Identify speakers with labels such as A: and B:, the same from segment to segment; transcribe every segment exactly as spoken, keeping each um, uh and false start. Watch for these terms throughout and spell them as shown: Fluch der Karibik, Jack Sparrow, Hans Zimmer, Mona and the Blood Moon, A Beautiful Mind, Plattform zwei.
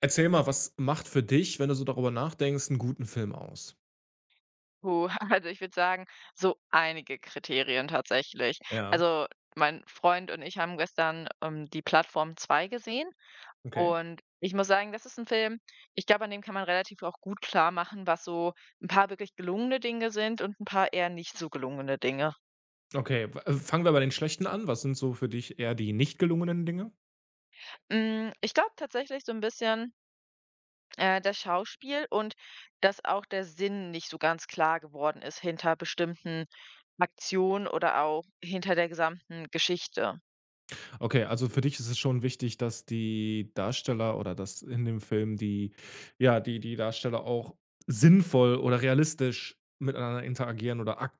A: Erzähl mal, was macht für dich, wenn du so darüber nachdenkst, einen guten Film aus?
B: Puh, also ich würde sagen, so einige Kriterien tatsächlich.
A: Ja,
B: Also mein Freund und ich haben gestern ähm, die Plattform zwei gesehen
A: okay.
B: und ich muss sagen, das ist ein Film, ich glaube, an dem kann man relativ auch gut klar machen, was so ein paar wirklich gelungene Dinge sind und ein paar eher nicht so gelungene Dinge.
A: Okay, w äh, fangen wir bei den schlechten an. Was sind so für dich eher die nicht gelungenen Dinge?
B: Mm, Ich glaube tatsächlich so ein bisschen äh, das Schauspiel und dass auch der Sinn nicht so ganz klar geworden ist hinter bestimmten Aktionen oder auch hinter der gesamten Geschichte.
A: Okay, also für dich ist es schon wichtig, dass die Darsteller oder dass in dem Film die ja, die die Darsteller auch sinnvoll oder realistisch miteinander interagieren oder ak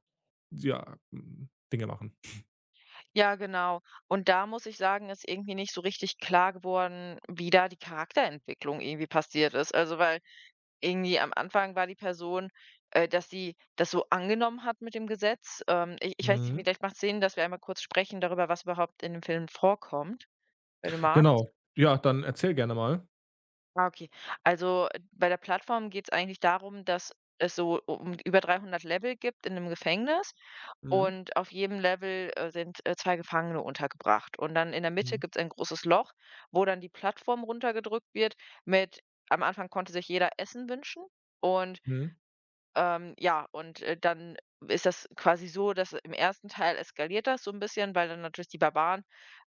A: ja, hm, Dinge machen.
B: Ja, genau. Und da muss ich sagen, ist irgendwie nicht so richtig klar geworden, wie da die Charakterentwicklung irgendwie passiert ist. Also, weil irgendwie am Anfang war die Person, äh, dass sie das so angenommen hat mit dem Gesetz. Ähm, ich, ich weiß nicht,
A: Mhm.
B: vielleicht macht es Sinn, dass wir einmal kurz sprechen darüber, was überhaupt in dem Film vorkommt, wenn du magst.
A: Genau. Ja, dann erzähl gerne mal.
B: Ah, okay. Also, äh, bei der Plattform geht es eigentlich darum, dass es so um über dreihundert Level gibt in 'nem Gefängnis
A: Mhm,
B: und auf jedem Level, äh, sind, äh, zwei Gefangene untergebracht. Und dann in der
A: mhm.
B: Mitte gibt es ein großes Loch, wo dann die Plattform runtergedrückt wird mit am Anfang konnte sich jeder Essen wünschen und
A: Mhm,
B: ähm, ja, und, äh, dann ist das quasi so, dass im ersten Teil eskaliert das so ein bisschen, weil dann natürlich die Barbaren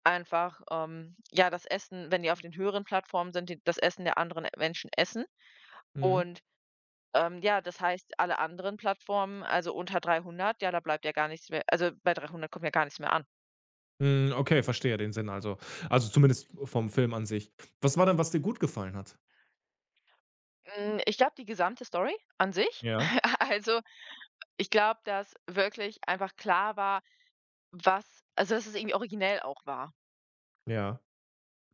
B: einfach, ähm, ja, das Essen wenn die auf den höheren Plattformen sind, die das Essen der anderen Menschen essen.
A: mhm.
B: Und, ähm, ja, das heißt, alle anderen Plattformen, also unter dreihundert, ja, da bleibt ja gar nichts mehr also bei dreihundert kommt ja gar nichts mehr an.
A: Hm, okay, verstehe den Sinn also. Also, zumindest vom Film an sich. Was war denn, was dir gut gefallen hat?
B: Hm, ich glaube, die gesamte Story an sich
A: Ja,
B: also, ich glaube, dass wirklich einfach klar war, was also dass es irgendwie originell auch war.
A: ja.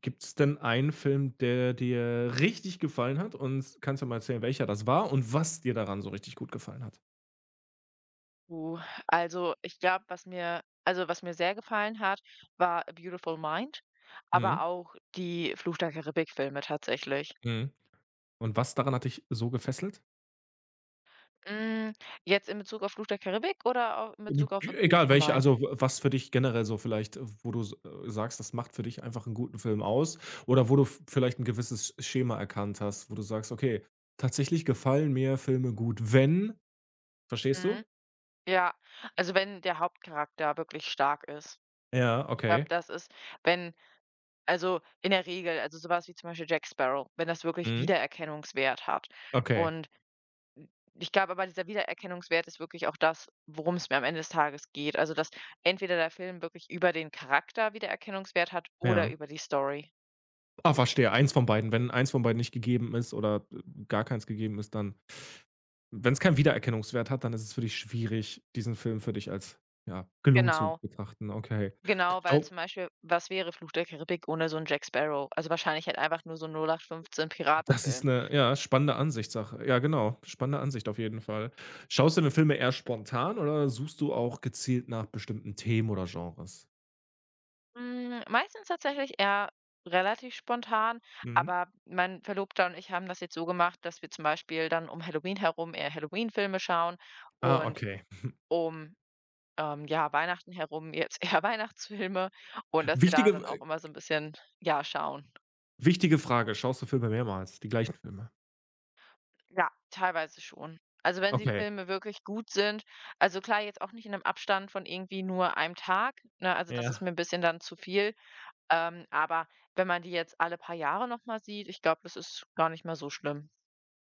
A: Gibt es denn einen Film, der dir richtig gefallen hat und kannst du mal erzählen, welcher das war und was dir daran so richtig gut gefallen hat?
B: Uh, also, ich glaube, was mir also, was mir sehr gefallen hat, war A Beautiful Mind, aber
A: Mhm,
B: auch die Fluch der Karibik-Filme tatsächlich.
A: mhm. Und was daran hat dich so gefesselt?
B: Hm, jetzt in Bezug auf Fluch der Karibik oder au in
A: E
B: Bezug auf A
A: egal
B: Beautiful
A: welche,
B: Mind?
A: also, w was für dich generell so vielleicht, wo du s äh, sagst, das macht für dich einfach einen guten Film aus oder wo du v vielleicht ein gewisses Schema erkannt hast, wo du sagst: „Okay, tatsächlich gefallen mir Filme gut, wenn“. Verstehst
B: Mhm,
A: du?
B: ja. Also, wenn der Hauptcharakter wirklich stark ist.
A: Ja,
B: Ich glaube,
A: okay.
B: das ist, wenn also, in der Regel also, sowas wie zum Beispiel Jack Sparrow, wenn das wirklich
A: Mhm.
B: Wiedererkennungswert hat
A: Okay,
B: und Ich glaube aber, dieser Wiedererkennungswert ist wirklich auch das, worum es mir am Ende des Tages geht. Also, dass entweder der Film wirklich über den Charakter Wiedererkennungswert hat oder
A: ja.
B: über die Story.
A: Ah, verstehe. Eins von beiden. Wenn eins von beiden nicht gegeben ist oder äh, gar keins gegeben ist, dann wenn es keinen Wiedererkennungswert hat, dann ist es für dich schwierig, diesen Film für dich als, ja, gelungen zu
B: Genau,
A: betrachten. Okay.
B: genau, weil
A: Schau,
B: zum Beispiel, was wäre Fluch der Karibik ohne so einen Jack Sparrow? Also, wahrscheinlich halt einfach nur so 'n null acht fünfzehn
A: das ist
B: Piratenfilm.
A: eine ja, spannende Ansichtssache. Ja, genau, spannende Ansicht auf jeden Fall. Schaust du denn Filme eher spontan oder suchst du auch gezielt nach bestimmten Themen oder Genres?
B: Hm, meistens tatsächlich eher relativ spontan,
A: Mhm.
B: aber mein Verlobter und ich haben das jetzt so gemacht, dass wir zum Beispiel dann um Halloween herum eher Halloween-Filme schauen
A: Ah,
B: und
A: okay.
B: um ähm, ja, Weihnachten herum jetzt eher Weihnachtsfilme und dass wir da
A: Wichtige
B: dann auch
A: äh,
B: immer so 'n bisschen, ja, schauen.
A: wichtige Frage. Schaust du Filme mehrmals, die gleichen Filme?
B: Ja, teilweise schon. Also, wenn die
A: Okay.
B: Filme wirklich gut sind also, klar, jetzt auch nicht in 'nem Abstand von irgendwie nur einem Tag, ne? Also, das ist
A: Ja.
B: mir 'n bisschen dann zu viel, ähm, aber wenn man die jetzt alle paar Jahre noch mal sieht, ich glaube, das ist gar nicht mal so schlimm.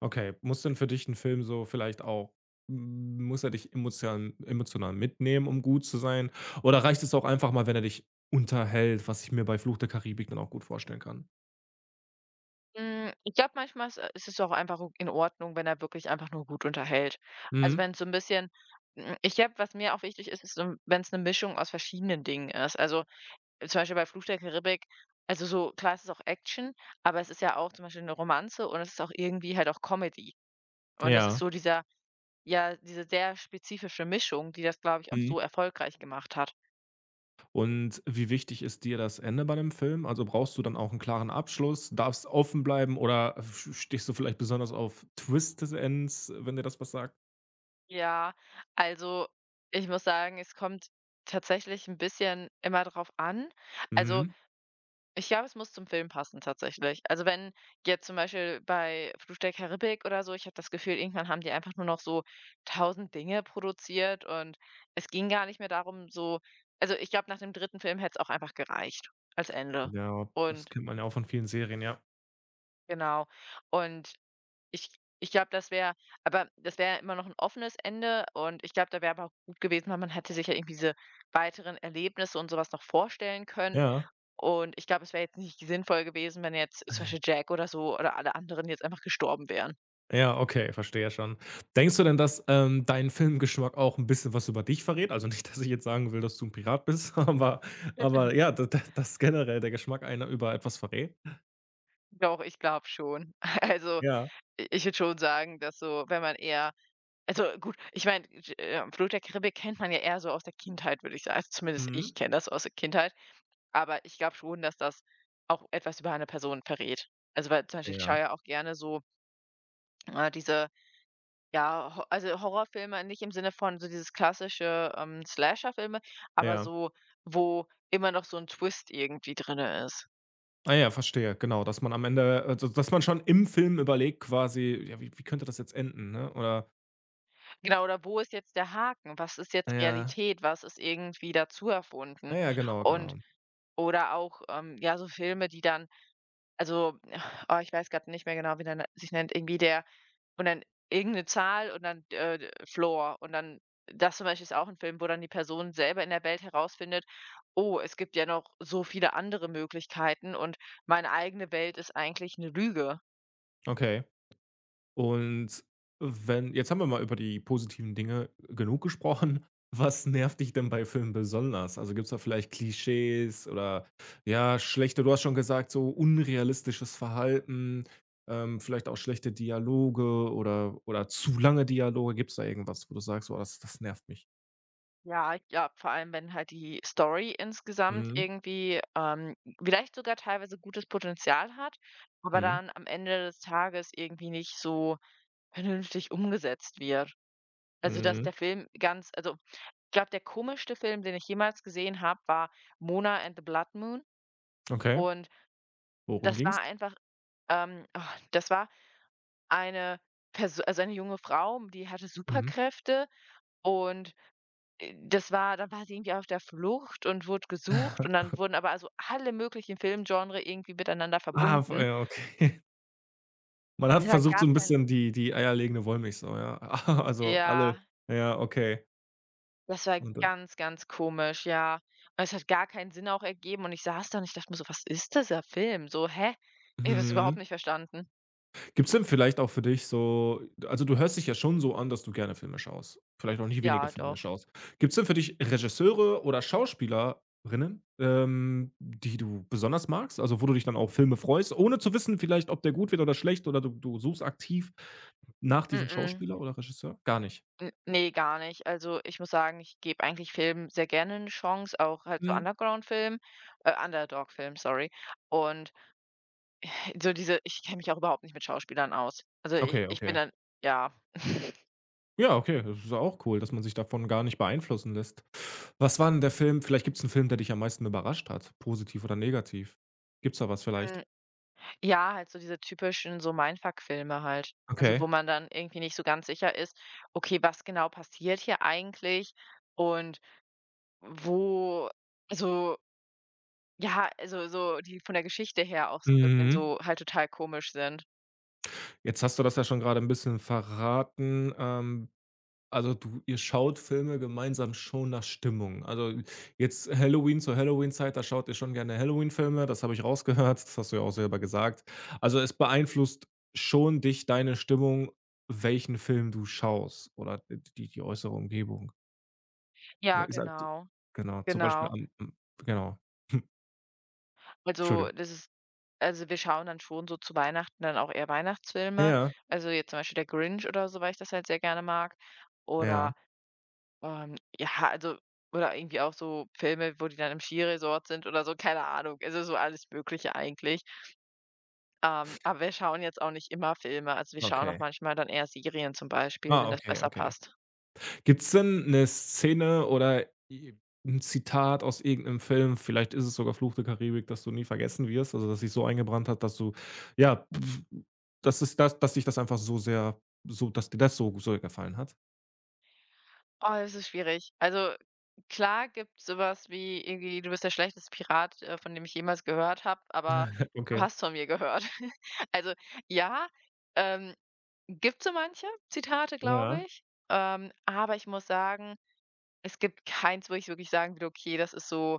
A: Okay, muss denn für dich ein Film so vielleicht auch hm, muss er dich emotional emotional mitnehmen, um gut zu sein? Oder reicht es auch einfach mal, wenn er dich unterhält, was ich mir bei Fluch der Karibik dann auch gut vorstellen kann?
B: Hm, ich glaube, manchmal ist, äh ist es auch einfach o in Ordnung, wenn er wirklich einfach nur gut unterhält. Also,
A: Mhm.
B: wenn es so ein bisschen hm, ich glaube, was mir auch wichtig ist, ist so 'n wenn's 'ne Mischung aus verschiedenen Dingen ist. Also, äh, zum Beispiel bei Fluch der Karibik also so klar, es ist auch Action, aber es ist ja auch zum Beispiel eine Romanze und es ist auch irgendwie halt auch Comedy. Und es ist
A: Ja.
B: so dieser ja, diese sehr spezifische Mischung, die das, glaube ich, auch so
A: Mhm.
B: erfolgreich gemacht hat.
A: Und wie wichtig ist dir das Ende bei dem Film? Also, brauchst du dann auch einen klaren Abschluss? Darfst offen bleiben oder f stehst du vielleicht besonders auf Twist des Ends, wenn dir das was sagt?
B: Ja, also, ich muss sagen, es kommt tatsächlich ein bisschen immer drauf an. Also
A: Mhm.
B: Ich glaube, es muss zum Film passen tatsächlich. Also, wenn jetzt zum Beispiel bei Fluch der Karibik oder so ich habe das Gefühl, irgendwann haben die einfach nur noch so tausend Dinge produziert und es ging gar nicht mehr darum, so also, ich glaube, nach dem dritten Film hätte es auch einfach gereicht als Ende.
A: Ja, das
B: Und
A: kennt man ja auch von vielen Serien, ja.
B: genau. Und ich ich glaube, das wäre aber das wäre ja immer noch ein offenes Ende und ich glaube, da wäre aber auch gut gewesen, weil man hätte sich ja irgendwie diese weiteren Erlebnisse und sowas noch vorstellen können.
A: Ja.
B: Und ich glaube, es wäre jetzt nicht sinnvoll gewesen, wenn jetzt zum Beispiel Jack oder so oder alle anderen jetzt einfach gestorben wären.
A: Ja, okay, verstehe schon. Denkst du denn, dass, ähm, dein Filmgeschmack auch ein bisschen was über dich verrät? Also, nicht, dass ich jetzt sagen will, dass du ein Pirat bist, aber aber ja, da dass generell der Geschmack einer über etwas verrät?
B: Doch, ich glaube schon. Also,
A: Ja.
B: i ich würde schon sagen, dass so, wenn man eher also gut, ich meine, J äh, Fluch der Karibik kennt man ja eher so aus der Kindheit, würde ich sagen. Also zumindest ich
A: Mhm.
B: kenne das aus der Kindheit, aber ich glaube schon, dass das auch etwas über eine Person verrät. Also, weil zum Beispiel ich
A: Ja,
B: schaue ja auch gerne so, äh, diese Ja, ho also Horrorfilme nicht im Sinne von so dieses klassische, ähm, Slasher-Filme, aber
A: ja.
B: so, wo immer noch so ein Twist irgendwie drinne ist.
A: Ah ja, verstehe, genau, dass man am Ende also, dass man schon im Film überlegt quasi: „Ja, wie wie könnte das jetzt enden“, ne? Oder
B: Genau, oder wo ist jetzt der Haken? Was ist jetzt
A: ja.
B: Realität? Was ist irgendwie dazu
A: Ja,
B: erfunden?
A: ja, genau,
B: Und
A: genau.
B: oder auch, ähm, ja, so Filme, die dann Also, oh, ich weiß gerade nicht mehr genau, wie der na sich nennt, irgendwie der und dann irgend 'ne Zahl und dann, äh, d- Floor und dann das zum Beispiel ist auch ein Film, wo dann die Person selber in der Welt herausfindet: „Oh, es gibt ja noch so viele andere Möglichkeiten und meine eigene Welt ist eigentlich eine Lüge.“
A: Okay. Und wenn jetzt haben wir mal über die positiven Dinge genug gesprochen. Was nervt dich denn bei Filmen besonders? Also, gibt's da vielleicht Klischees oder, ja, schlechte du hast schon gesagt, so unrealistisches Verhalten, ähm, vielleicht auch schlechte Dialoge oder oder zu lange Dialoge. Gibt's da irgendwas, wo du sagst: „Oh, das das nervt mich?“
B: Ja, ja, vor allem, wenn halt die Story insgesamt
A: Mhm,
B: irgendwie, ähm, vielleicht sogar teilweise gutes Potenzial hat, aber
A: mhm,
B: dann am Ende des Tages irgendwie nicht so vernünftig umgesetzt wird. Also, dass
A: mhm.
B: der Film ganz also, ich glaube, der komischste Film, den ich jemals gesehen habe, war „Mona and the Blood Moon“
A: Okay.
B: und
A: Worum
B: das
A: ging's?
B: war einfach ähm, oh, das war eine Perso also, eine junge Frau, die hatte
A: Mhm.
B: Superkräfte und, äh, das war dann war sie irgendwie auf der Flucht und wurde gesucht und dann wurden aber also alle möglichen Filmgenre irgendwie miteinander
A: Ah, v
B: verbunden.
A: ja, okay. Man hat
B: Ja,
A: versucht, so
B: gar
A: 'n
B: kein
A: bisschen die die eierlegende Wollmilchsau, ja. Also, alle
B: ja.
A: ja, okay.
B: Das war
A: Und dann
B: ganz, ganz komisch, ja. Und Es hat gar keinen Sinn auch ergeben und ich saß da und ich dachte mir so: „Was ist dieser Film?“ So: „Hä?“ Ich habe es überhaupt
A: mhm.
B: nicht verstanden.
A: Gibt's denn vielleicht auch für dich so also, du hörst dich ja schon so an, dass du gerne Filme schaust, vielleicht auch nicht wenige
B: Ja,
A: Filme
B: doch.
A: schaust. Gibt's denn für dich Regisseure oder Schauspielerinnen, ähm, die du besonders magst, also, wo du dich dann auf Filme freust, ohne zu wissen vielleicht, ob der gut wird oder schlecht oder du du suchst aktiv nach diesem
B: Mm-mm.
A: Schauspieler oder Regisseur? Gar nicht?
B: N ne, gar nicht. Also, ich muss sagen, ich gebe eigentlich Filmen sehr gerne eine Chance, auch halt so
A: Mhm.
B: Underground-Filmen äh, Underdog-Filmen, sorry. Und so diese ich kenne mich auch überhaupt nicht mit Schauspielern aus. Also, ich
A: Okay,
B: ich bin
A: okay.
B: dann ja.
A: Ja, okay, das ist auch cool, dass man sich davon gar nicht beeinflussen lässt. Was war denn der Film vielleicht gibt's einen Film, der dich am meisten überrascht hat, positiv oder negativ? Gibt's da was vielleicht?
B: Ja, halt so diese typischen so Mindfuck-Filme halt. Also,
A: Okay.
B: wo man dann irgendwie nicht so ganz sicher ist: „Okay, was genau passiert hier eigentlich?“ Und wo also, ja, also, so die von der Geschichte her auch so ein bisschen
A: Mhm.
B: so halt total komisch sind.
A: Jetzt hast du das ja schon gerade ein bisschen verraten. Ähm Also, du ihr schaut Filme gemeinsam schon nach Stimmung. Also, jetzt Halloween zur Halloween-Zeit, da schaut ihr schon gerne Halloween-Filme, das habe ich rausgehört, das hast du ja auch selber gesagt. Also, es beeinflusst schon dich, deine Stimmung, welchen Film du schaust oder d die die äußere Umgebung. Ne,
B: Ja,
A: ist halt so,
B: genau,
A: genau, zum Beispiel
B: genau.
A: am m genau,
B: Also,
A: Entschuldigung.
B: das ist also, wir schauen dann schon so zu Weihnachten dann auch eher Weihnachtsfilme.
A: Ja,
B: Also, jetzt zum Beispiel der Grinch oder so, weil ich das halt sehr gerne mag.
A: ja.
B: Oder Ähm, ja, also oder irgendwie auch so Filme, wo die dann im Skiresort sind oder so, keine Ahnung. Also so alles Mögliche eigentlich. Ähm, aber wir schauen jetzt auch nicht immer Filme. Also wir schauen
A: Okay.
B: auch manchmal dann eher Serien zum Beispiel,
A: Ah,
B: wenn das
A: okay,
B: besser
A: okay.
B: passt.
A: Gibt's denn 'ne Szene oder i 'n Zitat aus irgendeinem Film, vielleicht ist es sogar Fluch der Karibik, das du nie vergessen wirst, also, das sich so eingebrannt hat, dass du ja, dass es das dass dich das einfach so sehr so dass dir das so so gefallen hat?
B: Oh, das ist schwierig. Also klar gibt es sowas wie irgendwie, du bist der schlechteste Pirat, äh, von dem ich jemals gehört habe, aber du
A: Okay,
B: hast von mir gehört. Also ja, ähm, gibt so manche Zitate, glaube
A: ja.
B: ich. Ähm, aber ich muss sagen, Es gibt keins, wo ich wirklich sagen würde: „Okay, das ist so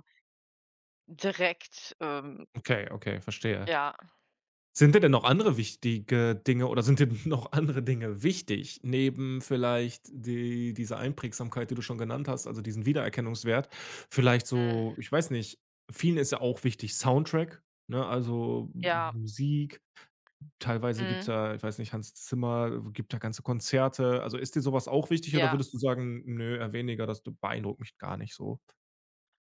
B: direkt, ähm,
A: Okay, okay, verstehe.
B: ja,
A: Sind dir denn noch andere wichtige Dinge oder sind dir noch andere Dinge wichtig, neben vielleicht die diese Einprägsamkeit, die du schon genannt hast, also diesen Wiedererkennungswert? Vielleicht so,
B: mhm,
A: ich weiß nicht, vielen ist ja auch wichtig Soundtrack, ne? Also
B: ja,
A: Musik. Teilweise gibt's
B: mhm,
A: ja, ich weiß nicht, Hans Zimmer gibt ja ganze Konzerte. Also ist dir sowas auch wichtig oder
B: ja,
A: würdest du sagen: „Nö, eher weniger, das beeindruckt mich gar nicht so?“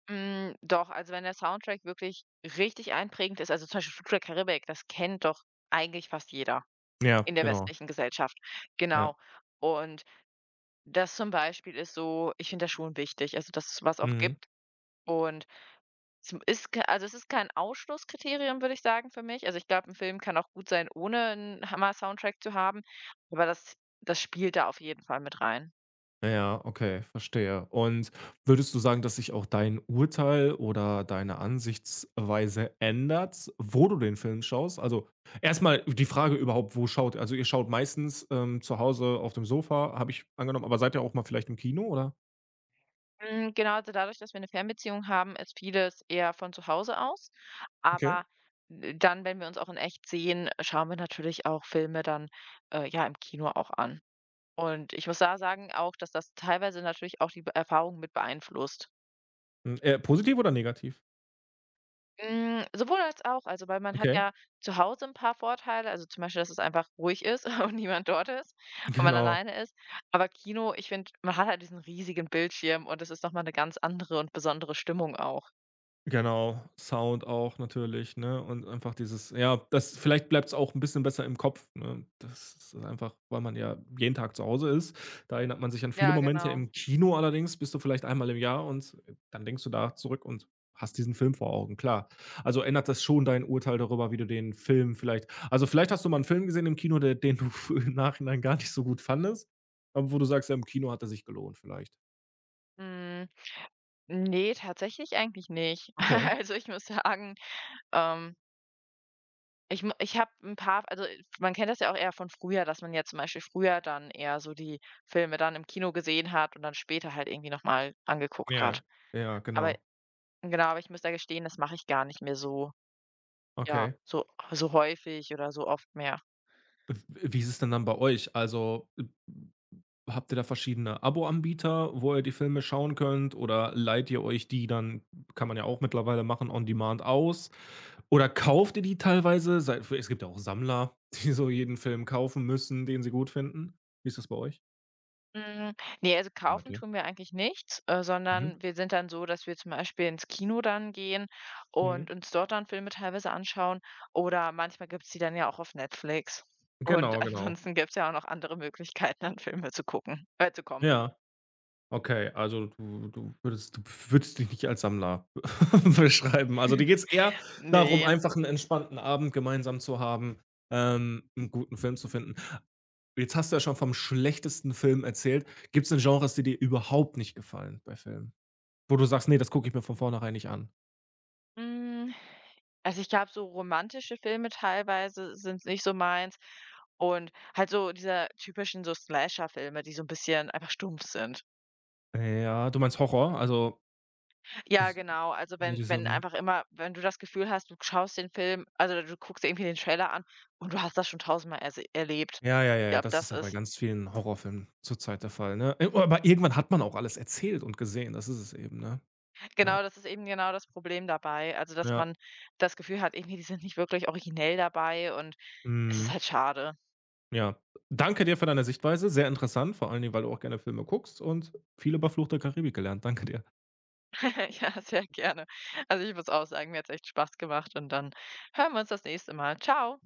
B: hm, doch.“ Also, wenn der Soundtrack wirklich richtig einprägend ist also, zum Beispiel „Fluch der Karibik“, das kennt doch eigentlich fast jeder
A: Ja,
B: in der
A: genau.
B: westlichen Gesellschaft.
A: Ja.
B: Genau. Und das zum Beispiel ist so ich finde das schon wichtig, also, dass es sowas auch
A: Mhm.
B: gibt und Es m ist k also, es ist kein Ausschlusskriterium, würde ich sagen, für mich. Also, ich glaube, ein Film kann auch gut sein, ohne einen Hammer-Soundtrack zu haben, aber das das spielt da auf jeden Fall mit rein.
A: Ja, okay, verstehe. Und würdest du sagen, dass sich auch dein Urteil oder deine Ansichtsweise ändert, wo du den Film schaust? Also erstmal die Frage überhaupt, wo schaut also ihr schaut meistens, ähm, zu Hause auf dem Sofa, habe ich angenommen, aber seid ihr auch mal vielleicht im Kino, oder?
B: Hm, genau, also, dadurch, dass wir eine Fernbeziehung haben, ist vieles eher von zu Hause aus,
A: Okay.
B: aber, äh, dann, wenn wir uns auch in echt sehen, schauen wir natürlich auch Filme dann, äh, ja, im Kino auch an. Und ich muss da sagen auch, dass das teilweise natürlich auch die Be Erfahrung mit beeinflusst.
A: Hm, eher positiv oder negativ?
B: Hm, sowohl als auch. Also, weil man hat
A: Okay,
B: ja zu Hause 'n paar Vorteile, also, zum Beispiel, dass es einfach ruhig ist und niemand dort ist und man
A: genau.
B: alleine ist. Aber Kino, ich finde, man hat halt diesen riesigen Bildschirm und das ist noch mal 'ne ganz andere und besondere Stimmung auch.
A: Genau, Sound auch natürlich, ne? Und einfach dieses ja, das vielleicht bleibt es auch ein bisschen besser im Kopf, ne? Das ist einfach weil man ja jeden Tag zu Hause ist. Da erinnert man sich an viele
B: Ja,
A: Momente.
B: genau.
A: Im Kino allerdings bist du vielleicht einmal im Jahr und dann denkst du da zurück und hast diesen Film vor Augen, klar. Also, ändert das schon dein Urteil darüber, wie du den Film vielleicht also, vielleicht hast du mal einen Film gesehen im Kino, der den du f im Nachhinein gar nicht so gut fandest, aber wo du sagst: „Ja, im Kino hat er sich gelohnt“, vielleicht.
B: Hm, ne, tatsächlich eigentlich nicht.
A: Okay.
B: Also, ich muss sagen, ähm, ich mu ich habe 'n paar also, äh, man kennt das ja auch eher von früher, dass man ja zum Beispiel früher dann eher so die Filme dann im Kino gesehen hat und dann später halt irgendwie noch mal angeguckt hat.
A: Ja, ja,
B: Aber
A: genau.
B: Genau, aber ich muss da gestehen, das mache ich gar nicht mehr so ja,
A: Okay.
B: so so häufig oder so oft mehr.
A: Wie ist es denn dann bei euch? Also, äh, habt ihr da verschiedene Abo-Anbieter, wo ihr die Filme schauen könnt oder leiht ihr euch die dann kann man ja auch mittlerweile machen, on demand aus? Oder kauft ihr die teilweise? Sei es gibt ja auch Sammler, die so jeden Film kaufen müssen, den sie gut finden. Wie ist das bei euch?
B: Hm, ne, also
A: Bei
B: kaufen
A: dir?
B: tun wir eigentlich nichts, äh,
A: Mhm.
B: sondern wir sind dann so, dass wir zum Beispiel ins Kino dann gehen
A: Mhm.
B: und uns dort dann Filme teilweise anschauen oder manchmal gibt's die dann ja auch auf Netflix. Und
A: Genau, genau.
B: ansonsten gibt's ja auch noch andere Möglichkeiten, an Filme zu gucken äh, zu kommen.
A: Ja. Okay, also du du würdest du würdest dich nicht als Sammler beschreiben. Also dir geht es eher darum,
B: Ne.
A: einfach einen entspannten Abend gemeinsam zu haben, ähm, 'n guten Film zu finden. Jetzt hast du ja schon vom schlechtesten Film erzählt. Gibt es denn Genres, die dir überhaupt nicht gefallen bei Filmen? Wo du sagst: nee, das gucke ich mir von vornherein nicht an.“
B: Hm. Also, ich glaube, so romantische Filme teilweise sind nicht so meins und halt so diese typischen so Slasher-Filme, die so ein bisschen einfach stumpf sind.
A: Ja, du meinst Horror? Also, s
B: Ja, genau. Also,
A: so
B: wenn
A: diese
B: wenn
A: mhm.
B: einfach immer wenn du das Gefühl hast, du schaust den Film also, du guckst irgendwie den Trailer an und du hast das schon tausendmal erse erlebt.
A: Ja, ja, ja,
B: Ich
A: ja,
B: glaube,
A: das ist
B: das
A: ja bei
B: ist
A: ganz vielen Horrorfilmen zurzeit der Fall, ne? Äh, aber irgendwann hat man auch alles erzählt und gesehen, das ist es eben, ne? Ja,
B: genau, das ist eben genau das Problem dabei. Also, dass
A: ja.
B: man das Gefühl hat, irgendwie, die sind nicht wirklich originell dabei und es ist
A: Mhm.
B: halt schade.
A: Ja. Danke dir für deine Sichtweise. Sehr interessant, vor allen Dingen, weil du auch gerne Filme guckst und viel über Fluch der Karibik gelernt. Danke dir.
B: Ja, sehr gerne. Also, ich muss auch sagen, mir hat's echt Spaß gemacht und dann hören wir uns das nächste Mal. Ciao.